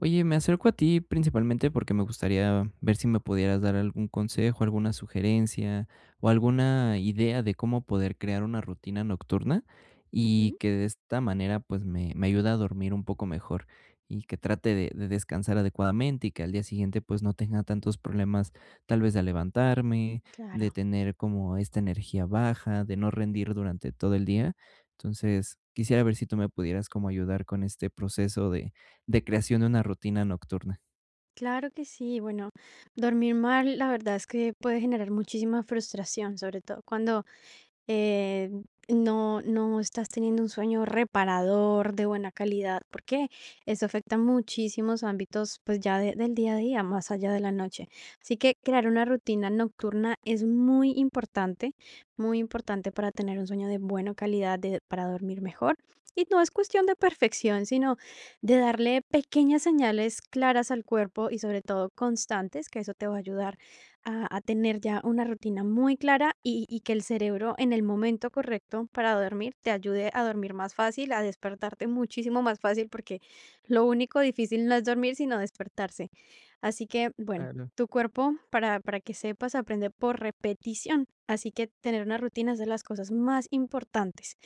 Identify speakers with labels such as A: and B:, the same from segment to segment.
A: Oye, me acerco a ti principalmente porque me gustaría ver si me pudieras dar algún consejo, alguna sugerencia o alguna idea de cómo poder crear una rutina nocturna y
B: Ujú.
A: que de esta manera pues me ayude a dormir un poco mejor y que trate de descansar adecuadamente y que al día siguiente pues no tenga tantos problemas tal vez de levantarme,
B: Claro,
A: de tener como esta energía baja, de no rendir durante todo el día. Entonces, quisiera ver si tú me pudieras como ayudar con este proceso de creación de una rutina nocturna.
B: claro que sí. Bueno, dormir mal, la verdad es que puede generar muchísima frustración, sobre todo cuando eh, no estás teniendo un sueño reparador de buena calidad, porque eso afecta muchísimos ámbitos, pues ya del día a día, más allá de la noche. Así que crear una rutina nocturna es muy importante para tener un sueño de buena calidad, para dormir mejor. Y no es cuestión de perfección, sino de darle pequeñas señales claras al cuerpo y sobre todo constantes, que eso te va a ayudar a tener ya una rutina muy clara y que el cerebro en el momento correcto para dormir te ayude a dormir más fácil, a despertarte muchísimo más fácil, porque lo único difícil no es dormir, sino despertarse. Así que, bueno,
A: Claro,
B: tu cuerpo, para que sepas, aprende por repetición. Así que tener una rutina es de las cosas más importantes.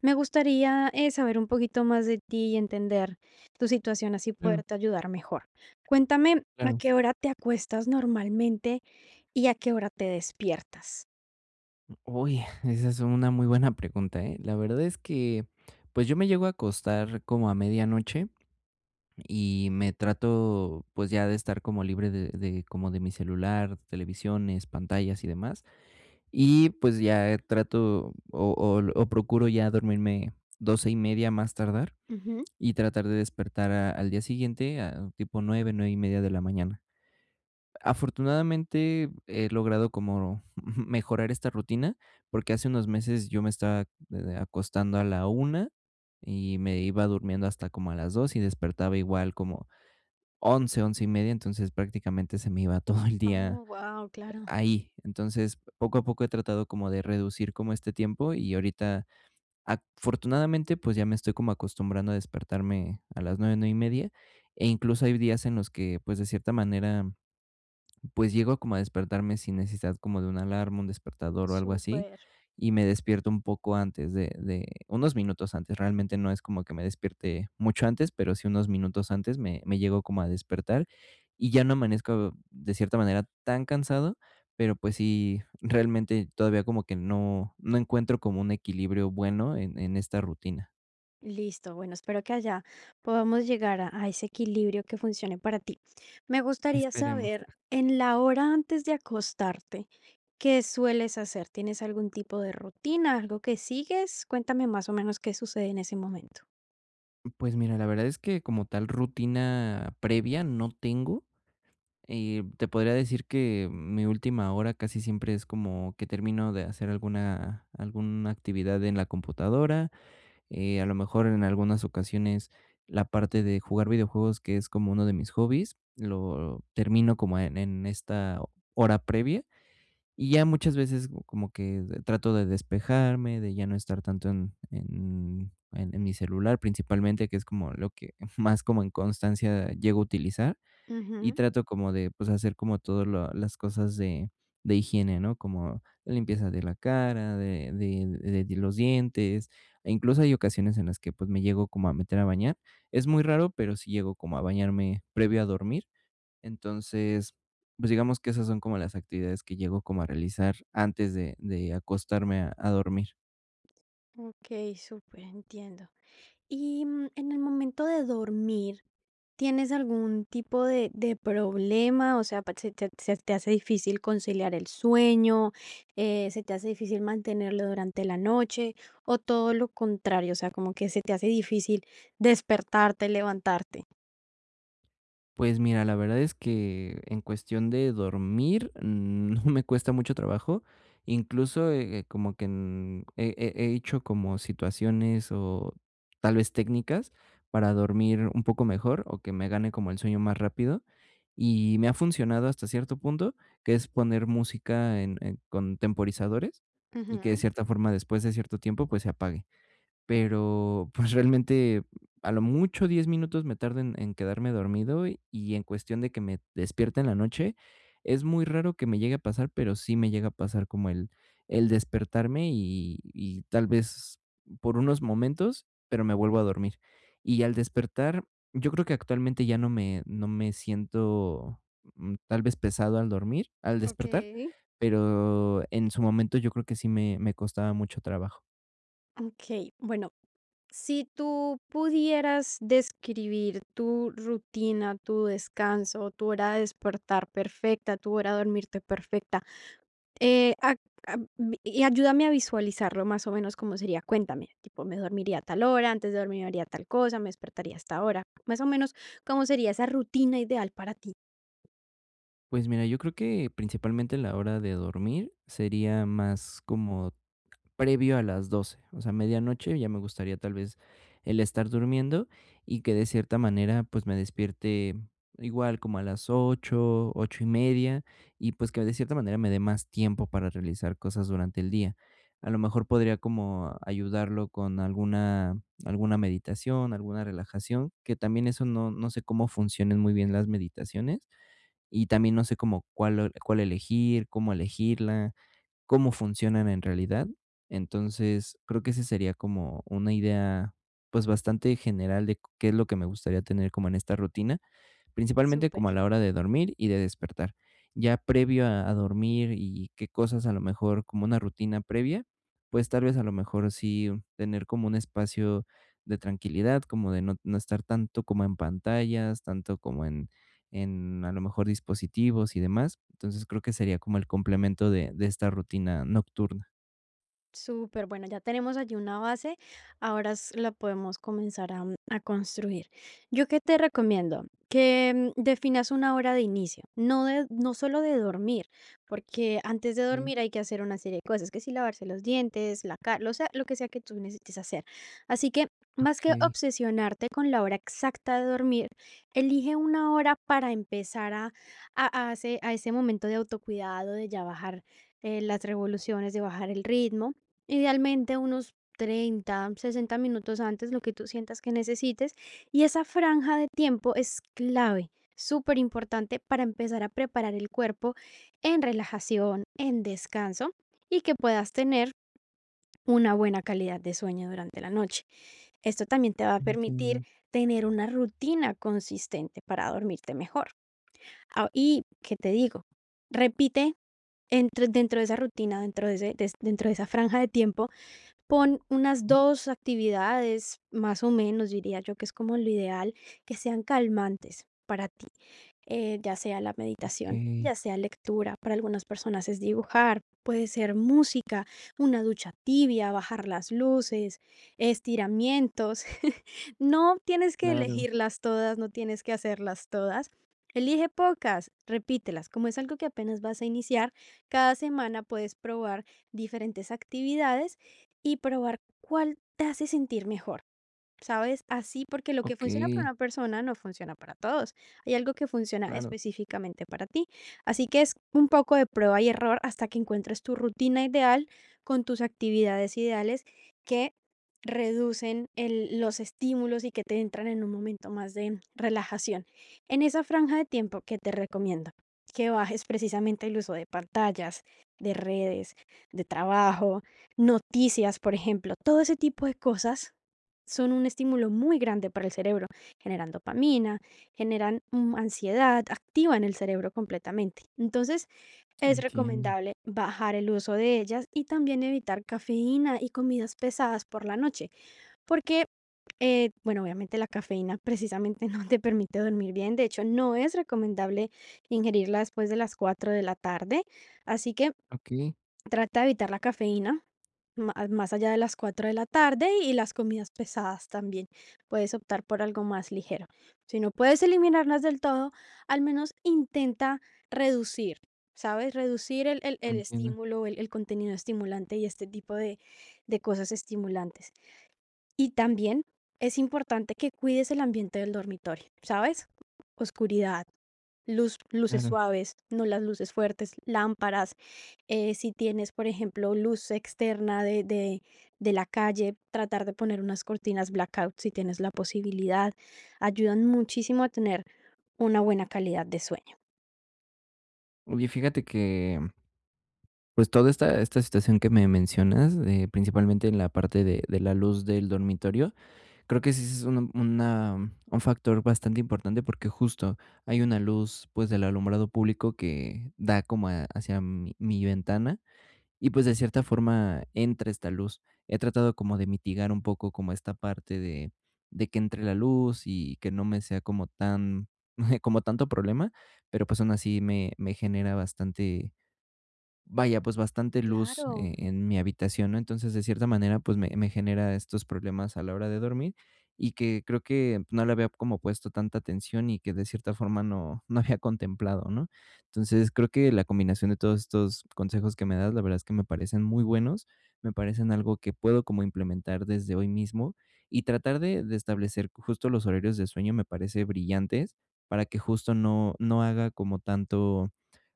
B: Me gustaría saber un poquito más de ti y entender tu situación, así
A: claro,
B: poderte ayudar mejor. Cuéntame, ¿a
A: claro.
B: qué hora te acuestas normalmente y a qué hora te despiertas?
A: Uy, esa es una muy buena pregunta, ¿eh? La verdad es que, pues yo me llego a acostar como a medianoche y me trato, pues ya de estar como libre de mi celular, televisiones, pantallas y demás. Y pues ya trato o procuro ya dormirme 12:30 más tardar
B: Ujú.
A: y tratar de despertar al día siguiente a tipo nueve, nueve y media de la mañana. Afortunadamente he logrado como mejorar esta rutina, porque hace unos meses yo me estaba, acostando a la una y me iba durmiendo hasta como a las 2 y despertaba igual como 11 11 y media. Entonces prácticamente se me iba todo el día
B: Oh, wow, claro,
A: ahí. Entonces, poco a poco he tratado como de reducir como este tiempo y ahorita, afortunadamente, pues, ya me estoy como acostumbrando a despertarme a las 9 9 y media, e incluso hay días en los que, pues, de cierta manera pues llego como a despertarme sin necesidad como de una alarma, un despertador o algo así,
B: súper.
A: y me despierto un poco antes de unos minutos antes. Realmente no es como que me despierte mucho antes, pero sí unos minutos antes me llego como a despertar y ya no amanezco de cierta manera tan cansado, pero pues sí, realmente todavía como que no encuentro como un equilibrio bueno en esta rutina.
B: Listo, bueno, espero que allá podamos llegar a ese equilibrio que funcione para ti. Me gustaría
A: Esperemos.
B: saber, en la hora antes de acostarte, ¿qué sueles hacer? ¿Tienes algún tipo de rutina, algo que sigues? Cuéntame más o menos qué sucede en ese momento.
A: Pues mira, la verdad es que como tal rutina previa no tengo. Y te podría decir que mi última hora casi siempre es como que termino de hacer alguna, alguna actividad en la computadora, a lo mejor en algunas ocasiones la parte de jugar videojuegos, que es como uno de mis hobbies, lo termino como en esta hora previa y ya muchas veces como que trato de despejarme, de ya no estar tanto en mi celular principalmente, que es como lo que más como en constancia llego a utilizar y
B: Ujú.
A: trato como de, pues, hacer como todas las cosas de higiene, ¿no? Como la limpieza de la cara, de los dientes, e incluso hay ocasiones en las que, pues, me llego como a meter a bañar. Es muy raro, pero sí llego como a bañarme previo a dormir. Entonces, pues, digamos que esas son como las actividades que llego como a realizar antes de acostarme a dormir.
B: Ok, súper, entiendo. Y, en el momento de dormir, ¿tienes algún tipo de problema? O sea, pa ¿se te hace difícil conciliar el sueño? ¿Se te hace difícil mantenerlo durante la noche? O todo lo contrario, o sea, como que se te hace difícil despertarte, levantarte.
A: Pues mira, la verdad es que en cuestión de dormir, mm, no me cuesta mucho trabajo. Incluso, como que he hecho como situaciones o tal vez técnicas para dormir un poco mejor o que me gane como el sueño más rápido. Y me ha funcionado hasta cierto punto, que es poner música con temporizadores y que de
B: Ujú,
A: cierta forma después de cierto tiempo pues se apague. Pero, pues, realmente, a lo mucho 10 minutos me tardo en quedarme dormido y en cuestión de que me despierte en la noche, es muy raro que me llegue a pasar, pero sí me llega a pasar como el despertarme y tal vez por unos momentos, pero me vuelvo a dormir. Y al despertar, yo creo que actualmente ya no me siento, mm, tal vez pesado al dormir al despertar,
B: okey.
A: pero en su momento yo creo que sí me costaba mucho trabajo.
B: Okey, bueno, si tú pudieras describir tu rutina, tu descanso, tu hora de despertar perfecta, tu hora de dormirte perfecta, ac a vi y ayúdame a visualizarlo más o menos cómo sería. Cuéntame, tipo, me dormiría a tal hora, antes de dormir haría tal cosa, me despertaría a esta hora. Más o menos, ¿cómo sería esa rutina ideal para ti?
A: Pues mira, yo creo que principalmente la hora de dormir sería más como previo a las 12, o sea, medianoche ya me gustaría tal vez el estar durmiendo y que de cierta manera pues me despierte igual como a las 8, 8 y media y pues que de cierta manera me dé más tiempo para realizar cosas durante el día. A lo mejor podría como ayudarlo con alguna, alguna meditación, alguna relajación, que también eso no sé cómo funcionen muy bien las meditaciones y también no sé cómo cuál elegir, cómo elegirla, cómo funcionan en realidad. Entonces, creo que ese sería como una idea, pues, bastante general de qué es lo que me gustaría tener como en esta rutina, principalmente
B: Súper.
A: como a la hora de dormir y de despertar. Ya previo a dormir y qué cosas a lo mejor como una rutina previa, pues tal vez a lo mejor sí tener como un espacio de tranquilidad, como de no estar tanto como en pantallas, tanto como en a lo mejor dispositivos y demás. Entonces creo que sería como el complemento de esta rutina nocturna.
B: Súper, bueno, ya tenemos allí una base, ahora s- la podemos comenzar a construir. Yo qué te recomiendo, que definas una hora de inicio, no, de, no solo de dormir, porque antes de
A: Ok,
B: dormir hay que hacer una serie de cosas, que si lavarse los dientes, la cara, o sea, lo que sea que tú necesites hacer. Así que, más que
A: ok,
B: obsesionarte con la hora exacta de dormir, elige una hora para empezar a ese momento de autocuidado, de ya bajar las revoluciones, de bajar el ritmo. Idealmente unos 30 60 minutos antes, lo que tú sientas que necesites. Y esa franja de tiempo es clave, súper importante para empezar a preparar el cuerpo en relajación, en descanso y que puedas tener una buena calidad de sueño durante la noche. Esto también te va a permitir
A: entiendo.
B: tener una rutina consistente para dormirte mejor. Ah, y, ¿qué te digo? Repite dentro de esa rutina, dentro de, dentro de esa franja de tiempo. Pon unas 2 actividades, más o menos, diría yo que es como lo ideal, que sean calmantes para ti, ya sea la
A: Ok,
B: meditación, ya sea lectura, para algunas personas es dibujar, puede ser música, una ducha tibia, bajar las luces, estiramientos. No tienes que
A: claro,
B: elegirlas todas, no tienes que hacerlas todas. Elige pocas, repítelas. Como es algo que apenas vas a iniciar, cada semana puedes probar diferentes actividades y probar cuál te hace sentir mejor. ¿Sabes? Así porque lo que
A: ok,
B: funciona para una persona no funciona para todos. Hay algo que funciona
A: claro,
B: específicamente para ti. Así que es un poco de prueba y error hasta que encuentres tu rutina ideal con tus actividades ideales que reducen los estímulos y que te entran en un momento más de relajación. En esa franja de tiempo que te recomiendo que bajes precisamente el uso de pantallas, de redes, de trabajo, noticias, por ejemplo, todo ese tipo de cosas son un estímulo muy grande para el cerebro, generan dopamina, generan ansiedad, activan el cerebro completamente. Entonces, es
A: entiendo.
B: recomendable bajar el uso de ellas y también evitar cafeína y comidas pesadas por la noche, porque, bueno, obviamente la cafeína precisamente no te permite dormir bien, de hecho, no es recomendable ingerirla después de las 4 de la tarde, así que
A: Ok,
B: trata de evitar la cafeína, ma- más allá de las 4 de la tarde y las comidas pesadas también. Puedes optar por algo más ligero. Si no puedes eliminarlas del todo, al menos intenta reducir, ¿sabes? Reducir el
A: entiendo.
B: estímulo, el contenido estimulante y este tipo de cosas estimulantes. Y también es importante que cuides el ambiente del dormitorio, ¿sabes? Oscuridad, luz, luces
A: Claro.
B: suaves, no las luces fuertes, lámparas. Eh, si tienes, por ejemplo, luz externa de la calle, tratar de poner unas cortinas blackout si tienes la posibilidad. Ayudan muchísimo a tener una buena calidad de sueño.
A: Oye, fíjate que, pues, toda esta situación que me mencionas, principalmente en la parte de la luz del dormitorio, creo que sí es un factor bastante importante, porque justo hay una luz, pues, del alumbrado público que da como a hacia mi ventana. Y pues de cierta forma entra esta luz. He tratado como de mitigar un poco como esta parte de que entre la luz y que no me sea como tan, como tanto problema, pero pues aún así me genera bastante vaya, pues bastante luz,
B: Claro,
A: en mi habitación, ¿no? Entonces, de cierta manera, pues me genera estos problemas a la hora de dormir y que creo que no le había como puesto tanta atención y que de cierta forma no había contemplado, ¿no? Entonces, creo que la combinación de todos estos consejos que me das, la verdad es que me parecen muy buenos, me parecen algo que puedo como implementar desde hoy mismo y tratar de establecer justo los horarios de sueño me parece brillantes para que justo no haga como tanto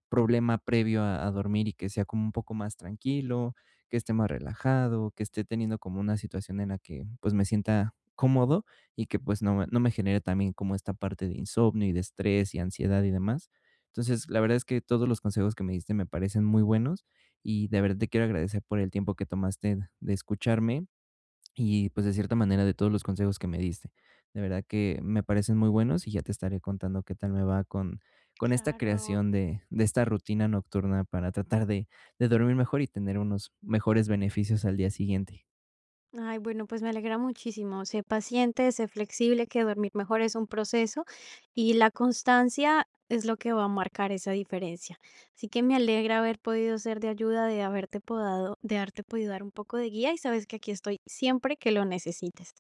A: problema previo a dormir y que sea como un poco más tranquilo, que esté más relajado, que esté teniendo como una situación en la que pues me sienta cómodo y que pues no, no me genere también como esta parte de insomnio y de estrés y ansiedad y demás. Entonces, la verdad es que todos los consejos que me diste me parecen muy buenos y de verdad te quiero agradecer por el tiempo que tomaste de escucharme y pues de cierta manera de todos los consejos que me diste. De verdad que me parecen muy buenos y ya te estaré contando qué tal me va con esta
B: claro.
A: creación de esta rutina nocturna para tratar de dormir mejor y tener unos mejores beneficios al día siguiente.
B: Ay, bueno, pues me alegra muchísimo. Sé paciente, sé flexible, que dormir mejor es un proceso y la constancia es lo que va a marcar esa diferencia. Así que me alegra haber podido ser de ayuda, de haberte podado, de haberte podido dar un poco de guía y sabes que aquí estoy siempre que lo necesites.